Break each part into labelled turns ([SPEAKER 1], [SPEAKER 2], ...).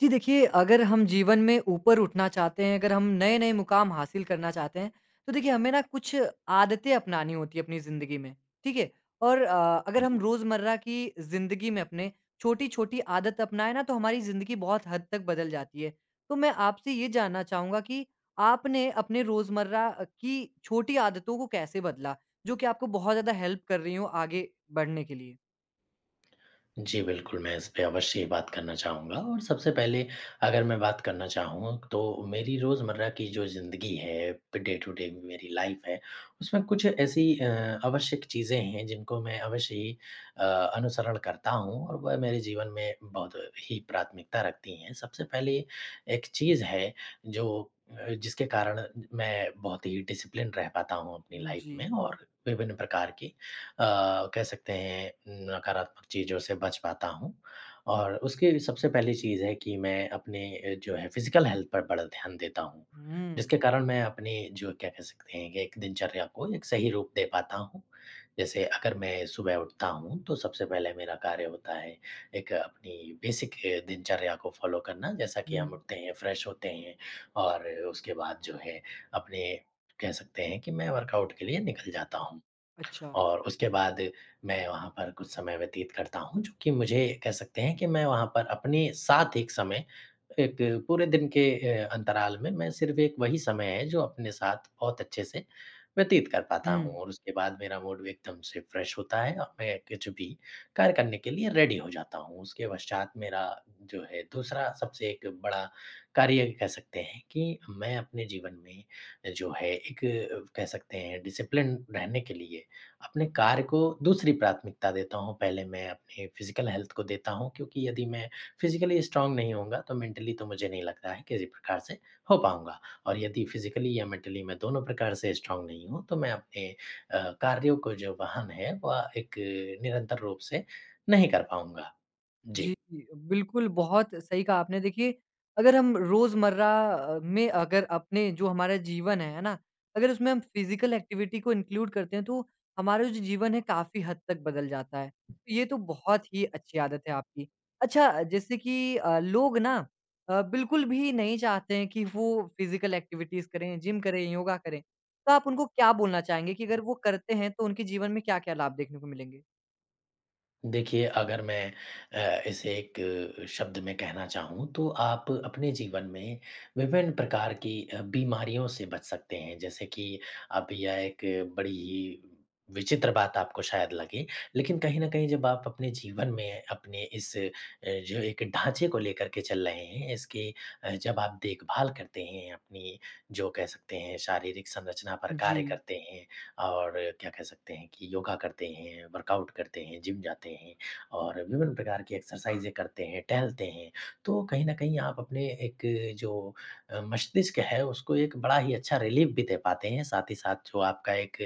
[SPEAKER 1] जी देखिए, अगर हम जीवन में ऊपर उठना चाहते हैं, अगर हम नए-नए मुकाम हासिल करना चाहते हैं, तो देखिए हमें ना कुछ आदतें अपनानी होती है अपनी ज़िंदगी में, ठीक है? और अगर हम रोज़मर्रा की ज़िंदगी में अपने छोटी-छोटी आदत अपनाएँ ना तो हमारी ज़िंदगी बहुत हद तक बदल जाती है। तो मैं आपसे ये जानना चाहूँगा कि आपने अपने रोज़मर्रा की छोटी आदतों को कैसे बदला, जो कि आपको बहुत ज़्यादा हेल्प कर रही हों आगे बढ़ने के लिए?
[SPEAKER 2] जी, बिल्कुल, मैं इस पे अवश्य बात करना चाहूँगा। और सबसे पहले अगर मैं बात करना चाहूँ तो मेरी रोज़मर्रा की जो ज़िंदगी है, डे टू डे मेरी लाइफ़ है, उसमें कुछ ऐसी आवश्यक चीज़ें हैं जिनको मैं अवश्य ही अ, अनुसरण करता हूँ और वह मेरे जीवन में बहुत ही प्राथमिकता रखती हैं। सबसे पहले एक चीज़ है जो जिसके कारण मैं बहुत ही डिसिप्लिन रह पाता हूँ अपनी
[SPEAKER 1] हुँ,
[SPEAKER 2] लाइफ़ में
[SPEAKER 1] जी।
[SPEAKER 2] और विभिन्न प्रकार की अ, कह सकते हैं नकारात्मक चीज़ों से बच पाता हूँ। और उसकी सबसे पहली चीज़ है कि मैं अपने जो है फ़िज़िकल हेल्थ पर बड़ा ध्यान देता हूँ। जिसके
[SPEAKER 1] हुँ।
[SPEAKER 2] कारण मैं अपने जो क्या कह सकते हैं कि एक दिनचर्या को एक सही रूप दे पाता हूँ। जैसे अगर मैं सुबह उठता हूँ तो सबसे पहले मेरा कार्य होता है एक अपनी बेसिक दिनचर्या को फ़ॉलो करना, जैसा कि
[SPEAKER 1] हुँ।
[SPEAKER 2] हम उठते हैं, फ्रेश होते हैं और उसके बाद जो है अपने कह सकते हैं कि मैं वर्कआउट के लिए निकल जाता हूँ।
[SPEAKER 1] अच्छा।
[SPEAKER 2] और उसके बाद मैं वहाँ पर कुछ समय व्यतीत करता हूँ, जो कि मुझे कह सकते हैं कि मैं वहाँ पर अपने साथ एक समय एक पूरे दिन के अंतराल में मैं सिर्फ़ एक वही समय है जो अपने साथ बहुत अच्छे से व्यतीत कर पाता हूँ,
[SPEAKER 1] हुँ।
[SPEAKER 2] और उसके बाद मेरा मूड भी एकदम से फ्रेश होता है और मैं कुछ भी कार्य करने के लिए रेडी हो जाता हूँ। उसके पश्चात मेरा जो है दूसरा सबसे एक बड़ा कार्य कह सकते हैं कि मैं अपने जीवन में जो है एक कह सकते हैं डिसिप्लिन रहने के लिए अपने कार्य को दूसरी प्राथमिकता देता हूँ। पहले मैं अपने फ़िज़िकल हेल्थ को देता हूँ, क्योंकि यदि मैं फ़िज़िकली स्ट्रॉन्ग नहीं होऊँगा तो मेंटली तो मुझे नहीं लगता है किसी प्रकार से हो पाऊँगा, और यदि फ़िज़िकली या मेंटली मैं दोनों प्रकार से स्ट्रॉन्ग नहीं हूँ, तो मैं अपने कार्यों को जो वाहन है, वह एक निरंतर रूप से नहीं कर पाऊँगा।
[SPEAKER 1] जी,
[SPEAKER 2] जी।
[SPEAKER 1] बिल्कुल, बहुत सही कहा आपने। देखिए, अगर हम रोज़मर्रा में अगर अपने जो हमारा जीवन है ना? अगर उसमें हम फ़िज़िकल एक्टिविटी को इंक्लूड करते हैं, तो हमारा जो जीवन है, काफ़ी हद तक बदल जाता है। तो ये तो बहुत ही अच्छी आदत है आपकी। अच्छा, जैसे कि लोग ना बिल्कुल भी नहीं चाहते हैं कि वो फ़िज़िकल एक्टिविटीज़ करें, जिम करें, योगा करें। तो आप उनको क्या बोलना चाहेंगे कि अगर वो करते हैं, तो उनके जीवन में क्या-क्या लाभ देखने को मिलेंगे?
[SPEAKER 2] देखिए, अगर मैं इसे एक शब्द में कहना चाहूँ तो आप अपने जीवन में विभिन्न प्रकार की बीमारियों से बच सकते हैं। जैसे कि अब यह एक बड़ी ही विचित्र बात आपको शायद लगे, लेकिन
[SPEAKER 1] जी।
[SPEAKER 2] कहीं न कहीं जब आप अपने जीवन में अपने इस जो एक ढाँचे को लेकर के चल रहे हैं, इसकी जब आप देखभाल करते हैं, अपनी जो कह सकते हैं शारीरिक संरचना पर
[SPEAKER 1] जी,
[SPEAKER 2] कार्य करते हैं। और क्या कह सकते हैं कि योगा करते हैं, वर्कआउट करते हैं, जिम जाते हैं और विभिन्न प्रकार की एक्सरसाइज़ें करते हैं, टहलते हैं। तो कहीं न कहीं आप अपने एक जो मस्तिष्क है उसको एक बड़ा ही अच्छा रिलीफ़ भी दे पाते हैं। साथ ही साथ जो आपका एक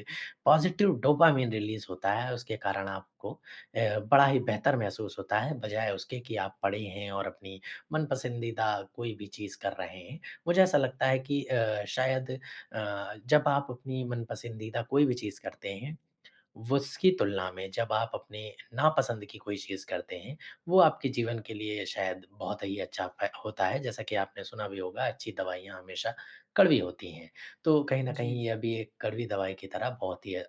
[SPEAKER 2] पॉज़िटिव डोपामाइन रिलीज़ होता है उसके कारण आपको बड़ा ही बेहतर महसूस होता है, बजाए उसके कि आप पड़े हैं और अपनी मन पसंदीदा कोई भी चीज़ कर रहे हैं। मुझे ऐसा लगता है कि शायद जब आप अपनी मन पसंदीदा कोई भी चीज़ करते हैं, वो उसकी तुलना में जब आप अपने नापसंद की कोई चीज़ करते हैं, वो आपके जीवन के लिए शायद बहुत ही अच्छा प होता है। जैसा कि आपने सुना भी होगा, अच्छी दवाइयाँ हमेशा कड़वी होती हैं। तो कहीं न
[SPEAKER 1] जी,
[SPEAKER 2] कहीं यह भी एक कड़वी दवाई की तरह बहुत ही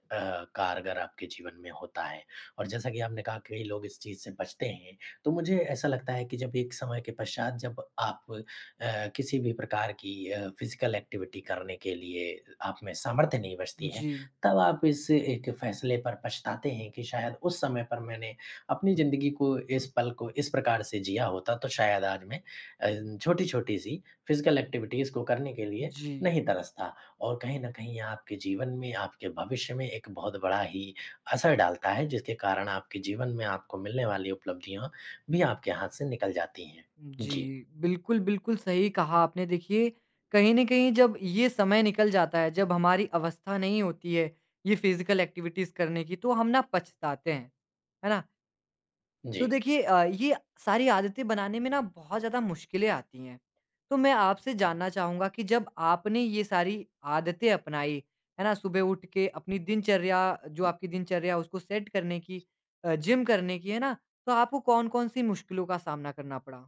[SPEAKER 2] कारगर आपके जीवन में होता है। और जैसा कि आपने कहा, कई लोग इस चीज़ से बचते हैं, तो मुझे ऐसा लगता है कि जब एक समय के पश्चात जब आप किसी भी प्रकार की फ़िज़िकल एक्टिविटी करने के लिए आप में सामर्थ्य नहीं बचती है,
[SPEAKER 1] जी।
[SPEAKER 2] तब आप इस एक फैसले पर पछताते हैं कि शायद उस समय पर मैंने अपनी ज़िंदगी को, इस पल को इस प्रकार से जिया होता तो शायद आज मैं छोटी-छोटी सी फ़िज़िकल एक्टिविटीज़ को करने के लिए
[SPEAKER 1] जी,
[SPEAKER 2] नहीं तरसता। और कहीं न कहीं आपके जीवन में, आपके भविष्य में एक बहुत बड़ा ही असर डालता है, जिसके कारण आपके जीवन में आपको मिलने वाली उपलब्धियाँ भी आपके हाथ से निकल जाती हैं। जी,
[SPEAKER 1] जी। बिल्कुल, बिल्कुल सही कहा आपने देखिए, कहीं न कहीं जब ये समय निकल जाता है, जब हमारी अवस्था नहीं होती है, ये फ़िज़िकल एक्टिविटीज़ करने की तो हम ना पछताते हैं, है ना?
[SPEAKER 2] जी।
[SPEAKER 1] तो देखिए ये सारी आदतें बनाने में ना बहुत ज़्यादा मुश्किलें आती हैं। तो मैं आपसे जानना चाहूँगा कि जब आपने ये सारी आदतें अपनाई, है ना? सुबह उठ के अपनी दिनचर्या जो आपकी दिनचर्या है उसको सेट करने की जिम करने की, है ना? तो आपको कौन-कौन सी मुश्किलों का सामना करना पड़ा?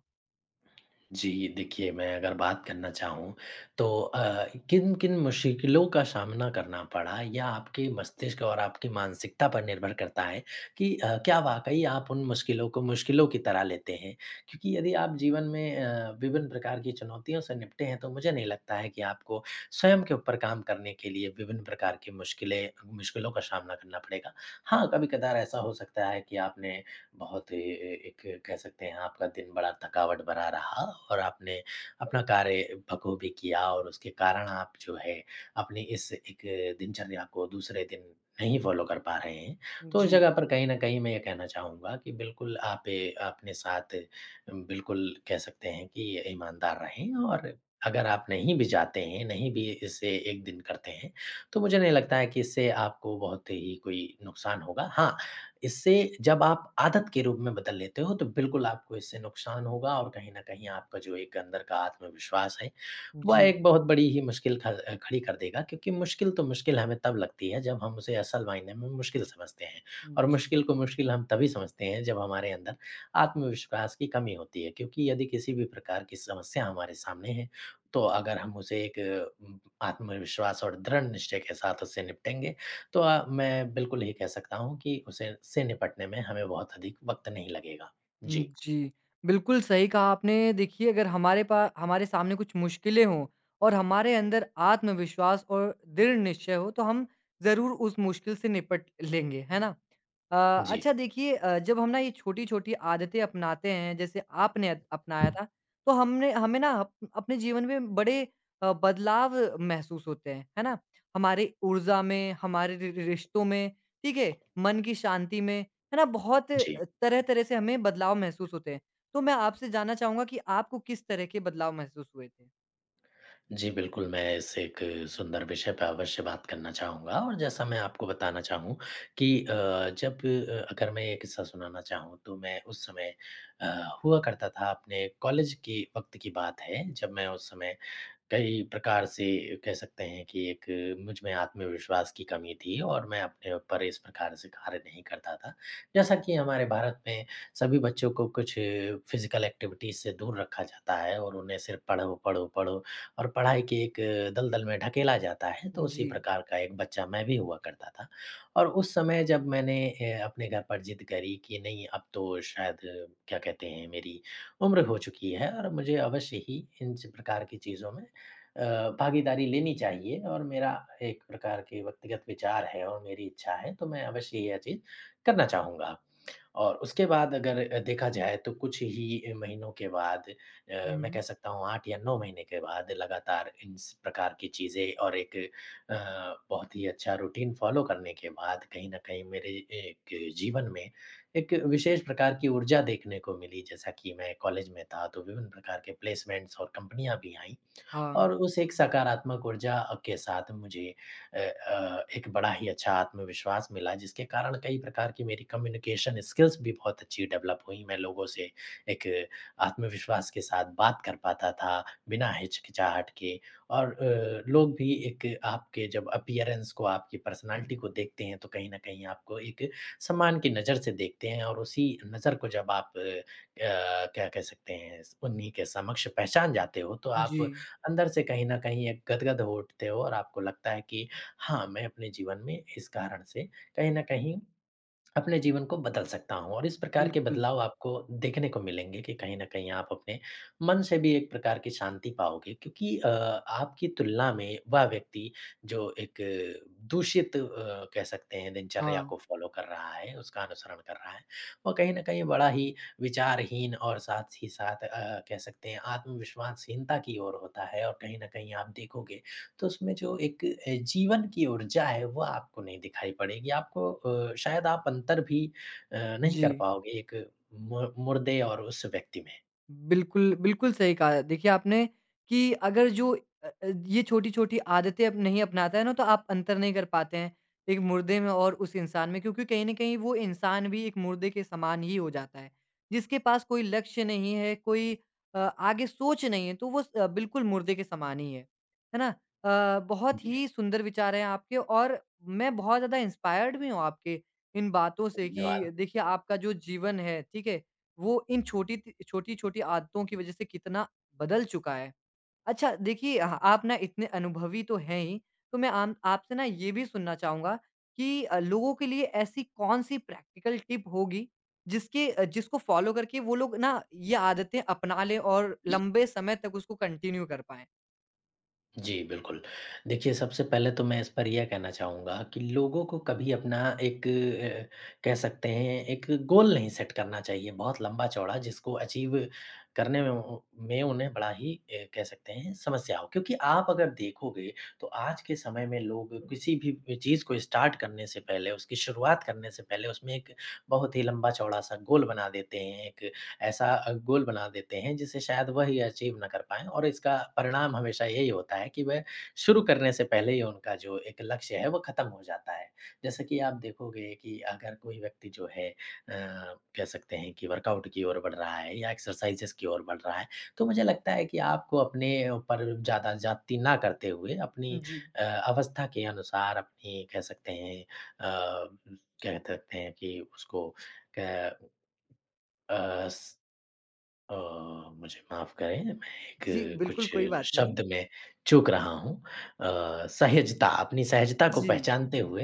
[SPEAKER 2] जी, देखिए, मैं अगर बात करना चाहूँ तो किन-किन मुश्किलों का सामना करना पड़ा, या आपके मस्तिष्क और आपकी मानसिकता पर निर्भर करता है कि क्या वाक़ई आप उन मुश्किलों को मुश्किलों की तरह लेते हैं? क्योंकि यदि आप जीवन में विभिन्न प्रकार की चुनौतियों से निपटे हैं तो मुझे नहीं लगता है कि आपको स्वयं के ऊपर काम करने के लिए विभिन्न प्रकार की मुश्किलें मुश्किलों का सामना करना पड़ेगा। हाँ, कभी-कदार ऐसा हो सकता है कि आपने बहुत ए ए एक कह सकते हैं आपका दिन बड़ा थकावट भरा रहा, और आपने अपना कार्य बखूबी किया और उसके कारण आप जो है, अपनी इस एक दिनचर्या को दूसरे दिन नहीं फ़ॉलो कर पा रहे हैं। तो उस
[SPEAKER 1] जी,
[SPEAKER 2] जगह पर कहीं न कहीं मैं ये कहना चाहूँगा कि बिल्कुल आप ए अपने साथ बिल्कुल कह सकते हैं कि ईमानदार रहें, और अगर आप नहीं भी जाते हैं, नहीं भी इसे 1 दिन करते हैं, तो मुझे नहीं लगता है कि इससे आपको बहुत ही कोई नुकसान होगा। हाँ, इससे जब आप आदत के रूप में बदल लेते हो, तो बिल्कुल आपको इससे नुकसान होगा, और कहीं न कहीं आपका जो एक अंदर का आत्मविश्वास है, वह
[SPEAKER 1] जी,
[SPEAKER 2] एक बहुत बड़ी ही मुश्किल खड़ी कर देगा, क्योंकि मुश्किल तो मुश्किल हमें तब लगती है, जब हम उसे असल मायने में मुश्किल समझते हैं। और
[SPEAKER 1] जी,
[SPEAKER 2] मुश्किल को मुश्किल हम तभी समझते हैं, जब हमारे अंदर आत्मविश्वास की कमी होती है, क्योंकि यदि किसी भी प्रकार की समस्या हमारे सामने है, तो अगर हम उसे एक आत्मविश्वास और दृढ़ निश्चय के साथ उससे निपटेंगे, तो मैं बिल्कुल यही कह सकता हूँ कि उसे से निपटने में हमें बहुत अधिक वक़्त नहीं लगेगा। जी,
[SPEAKER 1] जी। बिल्कुल सही कहा आपने। देखिए अगर हमारे सामने कुछ मुश्किलें हों और हमारे अंदर आत्मविश्वास और दृढ़ निश्चय हो तो हम ज़रूर उस मुश्किल से निपट लेंगे, है ना? अ,
[SPEAKER 2] जी,
[SPEAKER 1] अच्छा देखिए जब हम ना ये छोटी-छोटी आदतें अपनाते हैं जैसे आपने अपनाया था, तो हमने हमें ना अप अपने जीवन में बड़े बदलाव महसूस होते हैं, है ना? हमारी ऊर्जा में, हमारे रि रि रिश्तों में, ठीक है? मन की शांति में है ना? बहुत
[SPEAKER 2] जी।
[SPEAKER 1] तरह-तरह से हमें बदलाव महसूस होते हैं। तो मैं आपसे जानना चाहूँगा कि आपको किस तरह के बदलाव महसूस हुए थे?
[SPEAKER 2] जी, बिल्कुल, मैं इस एक सुंदर विषय पे अवश्य बात करना चाहूँगा। और जैसा मैं आपको बताना चाहूँ कि जब अगर मैं ये किस्सा सुनाना चाहूँ तो मैं उस समय हुआ करता था, अपने कॉलेज के वक़्त की बात है, जब मैं उस समय कई प्रकार से कह सकते हैं कि एक मुझ में आत्मविश्वास की कमी थी और मैं अपने ऊपर इस प्रकार से कार्य नहीं करता था। जैसा कि हमारे भारत में सभी बच्चों को कुछ फ़िज़िकल एक्टिविटीज़ से दूर रखा जाता है और उन्हें सिर्फ़ पढ़ो, पढ़ो, पढ़ो और पढ़ाई के एक दलदल में ढकेला जाता है, तो उसी
[SPEAKER 1] जी।
[SPEAKER 2] प्रकार का एक बच्चा मैं भी हुआ करता था। और उस समय जब मैंने अपने घर पर ज़िद करी कि नहीं अब तो शायद क्या कहते हैं, मेरी उम्र हो चुकी है और मुझे अवश्य ही इन च प्रकार की चीज़ों में भागीदारी लेनी चाहिए, और मेरा एक प्रकार के व्यक्तिगत विचार है और मेरी इच्छा है, तो मैं अवश्य यह चीज़ करना चाहूँगा। और उसके बाद अगर देखा जाए तो कुछ ही महीनों के बाद, मैं
[SPEAKER 1] हुँ।
[SPEAKER 2] कह सकता हूँ 8 या 9 महीने के बाद, लगातार इस प्रकार की चीज़ें और एक अ, बहुत ही अच्छा रूटीन फ़ॉलो करने के बाद कहीं न कहीं मेरे एक जीवन में एक विशेष प्रकार की ऊर्जा देखने को मिली। जैसा कि मैं कॉलेज में था, तो विभिन्न प्रकार के प्लेसमेंट्स और कंपनियाँ भी आईं।
[SPEAKER 1] हाँ।
[SPEAKER 2] और उस एक सकारात्मक ऊर्जा के साथ मुझे एक बड़ा ही अच्छा आत्मविश्वास मिला, जिसके कारण कई प्रकार की मेरी कम्युनिकेशन स्किल्स भी बहुत अच्छी डेवलप हुई। मैं लोगों से एक आत्मविश्वास के साथ बात कर पाता था, बिना हिचकिचाहट के, और लोग भी एक आपके जब अपीयरेंस को, आपकी पर्सनैलिटी को देखते हैं तो कहीं न कहीं आपको एक सम्मान की नज़र से देखते हैं, और उसी नज़र को जब आप क्या कह सकते हैं, उन्हीं के समक्ष पहचान जाते हो तो
[SPEAKER 1] जी।
[SPEAKER 2] आप अंदर से कहीं न कहीं एक गदगद हो उठते हो, और आपको लगता है कि हाँ, मैं अपने जीवन में इस कारण से कहीं न कहीं अपने जीवन को बदल सकता हूँ। और इस प्रकार के
[SPEAKER 1] बिल्कुल।
[SPEAKER 2] बदलाव आपको देखने को मिलेंगे कि कहीं न कहीं आप अपने मन से भी एक प्रकार की शांति पाओगे, क्योंकि आपकी तुलना में वह व्यक्ति जो एक दूषित कह सकते हैं दिनचर्या
[SPEAKER 1] हाँ।
[SPEAKER 2] को फ़ॉलो कर रहा है, उसका अनुसरण कर रहा है, वह कहीं न कहीं बड़ा ही विचारहीन और साथ ही साथ कह सकते हैं आत्मविश्वासहीनता की ओर होता है। और कहीं न कहीं आप देखोगे तो उसमें जो एक जीवन की ऊर्जा है वह आपको नहीं दिखाई पड़ेगी। आपको शायद आप अंतर भी नहीं
[SPEAKER 1] जी।
[SPEAKER 2] कर पाओगे एक मु मुर्दे और उस व्यक्ति में।
[SPEAKER 1] बिल्कुल, बिल्कुल सही कहा। देखिए आपने कि अगर जो ये छोटी-छोटी आदतें अब नहीं अपनाता है ना तो आप अंतर नहीं कर पाते हैं, एक मुर्दे में और उस इंसान में क्योंकि कहीं न कहीं वो इंसान भी एक मुर्दे के समान ही हो जाता है। जिसके पास कोई लक्ष्य नहीं है, कोई आगे सोच नहीं है, तो वो बिल्कुल मुर्दे के समान ही है। है ना? बहुत
[SPEAKER 2] जी।
[SPEAKER 1] ही सुंदर विचार हैं आपके और मैं बहुत ज़्यादा इंस्पायर्ड भी हूँ आपके इन बातों से कि
[SPEAKER 2] धन्यवाद।
[SPEAKER 1] देखिए आपका जो जीवन है, ठीक है? वो इन छोटी-छोटी आदतों की वजह से कितना बदल चुका है। अच्छा देखिए आप ना इतने अनुभवी तो हैं ही, तो मैं आम आपसे ना ये भी सुनना चाहूँगा कि लोगों के लिए ऐसी कौन-सी प्रैक्टिकल टिप होगी जिसको फ़ॉलो करके वो लोग ना ये आदतें अपना लें और लंबे समय तक उसको कंटिन्यू कर पाएँ?
[SPEAKER 2] जी, बिल्कुल। देखिए, सबसे पहले तो मैं इस पर यह कहना चाहूँगा कि लोगों को कभी अपना एक कह सकते हैं एक गोल नहीं सेट करना चाहिए बहुत लंबा-चौड़ा, जिसको अचीव करने में उ में उन्हें बड़ा ही कह सकते हैं समस्या हो। क्योंकि आप अगर देखोगे तो आज के समय में लोग किसी भी चीज़ को स्टार्ट करने से पहले, उसकी शुरुआत करने से पहले उसमें एक बहुत ही लंबा-चौड़ा सा गोल बना देते हैं, एक ऐसा गोल बना देते हैं जिसे शायद वह ही अचीव ना कर पाएँ, और इसका परिणाम हमेशा यही होता है कि वह शुरू करने से पहले ही उनका जो एक लक्ष्य है वो ख़त्म हो जाता है। जैसे कि आप देखोगे कि अगर कोई व्यक्ति जो है कह सकते हैं कि वर्कआउट की ओर बढ़ रहा है या एक्सरसाइज़ेज़ की ओर बढ़ रहा है, तो मुझे लगता है कि आपको अपने ऊपर ज़्यादा जाती ना करते हुए अपनी
[SPEAKER 1] जी।
[SPEAKER 2] अवस्था के अनुसार, अपनी कह सकते हैं कि उसको क अ, स अ, मुझे माफ़ करें, मैं
[SPEAKER 1] जी,
[SPEAKER 2] एक
[SPEAKER 1] बिल्कुल
[SPEAKER 2] कुछ
[SPEAKER 1] कोई बात नहीं।
[SPEAKER 2] शब्द में चूक रहा हूँ। अ, सहजता अपनी सहजता को
[SPEAKER 1] जी।
[SPEAKER 2] पहचानते हुए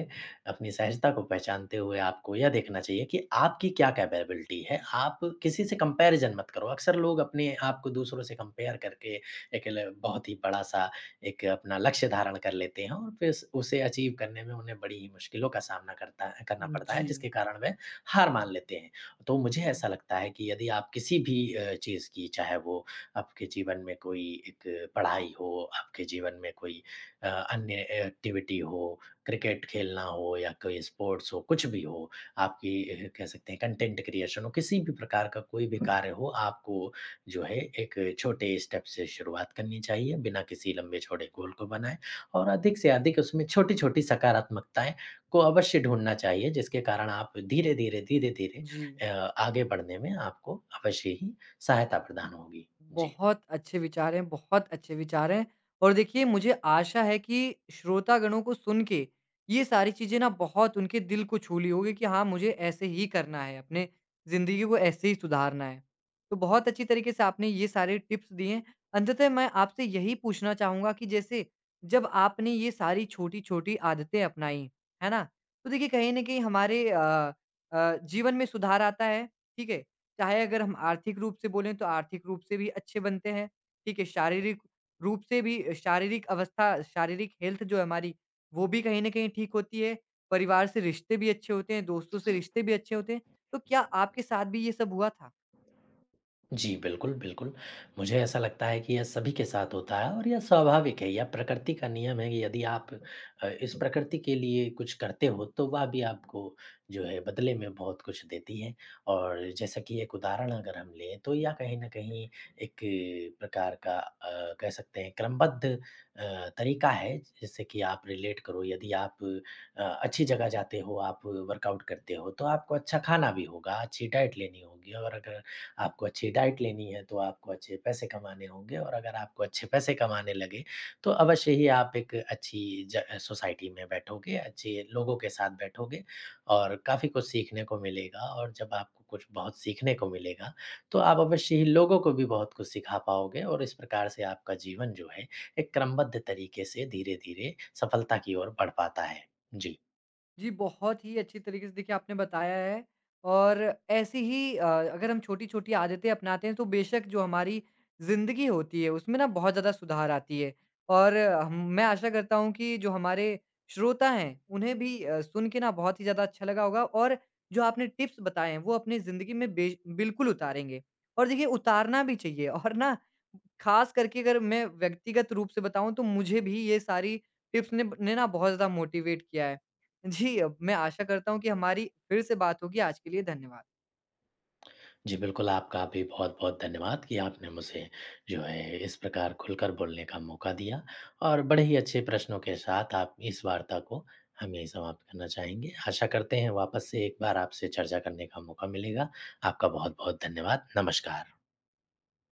[SPEAKER 2] अपनी सहजता को पहचानते हुए आपको यह देखना चाहिए कि आपकी क्या कैपेबिलिटी है, आप किसी से कंपैरिज़न मत करो। अक्सर लोग अपने आप को दूसरों से कंपेयर करके एक ल बहुत ही बड़ा-सा एक अपना लक्ष्य धारण कर लेते हैं, और फिर स उसे अचीव करने में उन्हें बड़ी ही मुश्किलों का सामना करता करना पड़ता है,
[SPEAKER 1] जी,
[SPEAKER 2] जिसके कारण वह हार मान लेते हैं। तो मुझे ऐसा लगता है कि यदि आप किसी भी चीज़ की, चाहे वो आपके जीवन में कोई एक पढ़ाई हो, आपके जीवन में कोई अन्य एक्टिविटी हो, क्रिकेट खेलना हो या कोई स्पोर्ट्स हो, कुछ भी हो, आपकी कह सकते हैं कंटेंट क्रिएशन हो, किसी भी प्रकार का कोई भी कार्य हो, आपको जो है एक छोटे स्टेप से शुरुआत करनी चाहिए, बिना किसी लंबे चौड़े गोल को बनाए, और अधिक से अधिक उसमें छोटी-छोटी सकारात्मकताएँ को अवश्य ढूँढना चाहिए, जिसके कारण आप धीरे-धीरे, धीरे-धीरे
[SPEAKER 1] जी।
[SPEAKER 2] अ, आगे बढ़ने में आपको अवश्य ही सहायता प्रदान होगी। जी।
[SPEAKER 1] बहुत अच्छे विचार हैं, बहुत अच्छे विचार हैं। और देखिए मुझे आशा है कि श्रोतागणों को सुन के ये सारी चीज़ें ना बहुत उनके दिल को छू ली होगी कि हाँ, मुझे ऐसे ही करना है, अपने ज़िंदगी को ऐसे ही सुधारना है। तो बहुत अच्छी तरीके से आपने ये सारे टिप्स दिए हैं। अंततः मैं आपसे यही पूछना चाहूँगा कि जैसे जब आपने ये सारी छोटी-छोटी आदतें अपनाई, है ना? तो देखिए कहीं न कहीं हमारे जीवन में सुधार आता है, ठीक है? चाहे अगर हम आर्थिक रूप से बोलें तो आर्थिक रूप से भी अच्छे बनते हैं, ठीक है? शारीरिक रूप से भी शारीरिक अवस्था, शारीरिक हेल्थ जो है हमारी, वो भी कहीं न कहीं ठीक होती है। परिवार से रिश्ते भी अच्छे होते हैं, दोस्तों से रिश्ते भी अच्छे होते हैं। तो क्या आपके साथ भी ये सब हुआ था?
[SPEAKER 2] जी, बिल्कुल, बिल्कुल। मुझे ऐसा लगता है कि यह सभी के साथ होता है, और यह स्वाभाविक है, यह प्रकृति का नियम है कि यदि आप इस प्रकृति के लिए कुछ करते हो, तो वह भी आपको जो है बदले में बहुत कुछ देती है। और जैसा कि एक उदाहरण अगर हम लें, तो यह कहीं न कहीं एक प्रकार का कह सकते हैं क्रमबद्ध तरीका है, जिससे कि आप रिलेट करो। यदि आप अच्छी जगह जाते हो, आप वर्कआउट करते हो, तो आपको अच्छा खाना भी होगा, अच्छी डाइट लेनी होगी, और अगर आपको अच्छी डाइट लेनी है, तो आपको अच्छे पैसे कमाने होंगे, और अगर आपको अच्छे पैसे कमाने लगे, तो अवश्य ही आप एक अच्छी ज सोसाइटी में बैठोगे, अच्छे लोगों के साथ बैठोगे और काफ़ी कुछ सीखने को मिलेगा, और जब आपको कुछ बहुत सीखने को मिलेगा, तो आप अवश्य ही लोगों को भी बहुत कुछ सिखा पाओगे, और इस प्रकार से आपका जीवन जो है, एक क्रमबद्ध तरीके से धीरे-धीरे सफलता की ओर बढ़ पाता है। जी।
[SPEAKER 1] जी, बहुत ही अच्छी तरीके से देखिए आपने बताया है और ऐसी ही अगर हम छोटी-छोटी आदतें अपनाते हैं तो बेशक जो हमारी ज़िंदगी होती है उसमें ना बहुत ज़्यादा सुधार आती है। और हम मैं आशा करता हूँ कि जो हमारे श्रोता हैं उन्हें भी सुन के ना बहुत ही ज़्यादा अच्छा लगा होगा और जो आपने टिप्स बताए हैं वो अपनी ज़िंदगी में बेश बिल्कुल उतारेंगे। और देखिए उतारना भी चाहिए और ना ख़ास करके अगर मैं व्यक्तिगत रूप से बताऊँ तो मुझे भी ये सारी टिप्स ने ना बहुत ज़्यादा मोटिवेट किया है। जी, अब मैं आशा करता हूँ कि हमारी फिर से बात होगी। आज के लिए धन्यवाद।
[SPEAKER 2] जी, बिल्कुल, आपका भी बहुत-बहुत धन्यवाद कि आपने मुझे जो है इस प्रकार खुलकर बोलने का मौका दिया, और बड़े ही अच्छे प्रश्नों के साथ आप इस वार्ता को, हम यहीं समाप्त करना चाहेंगे। आशा करते हैं वापस से एक बार आपसे चर्चा करने का मौका मिलेगा। आपका बहुत-बहुत धन्यवाद। नमस्कार।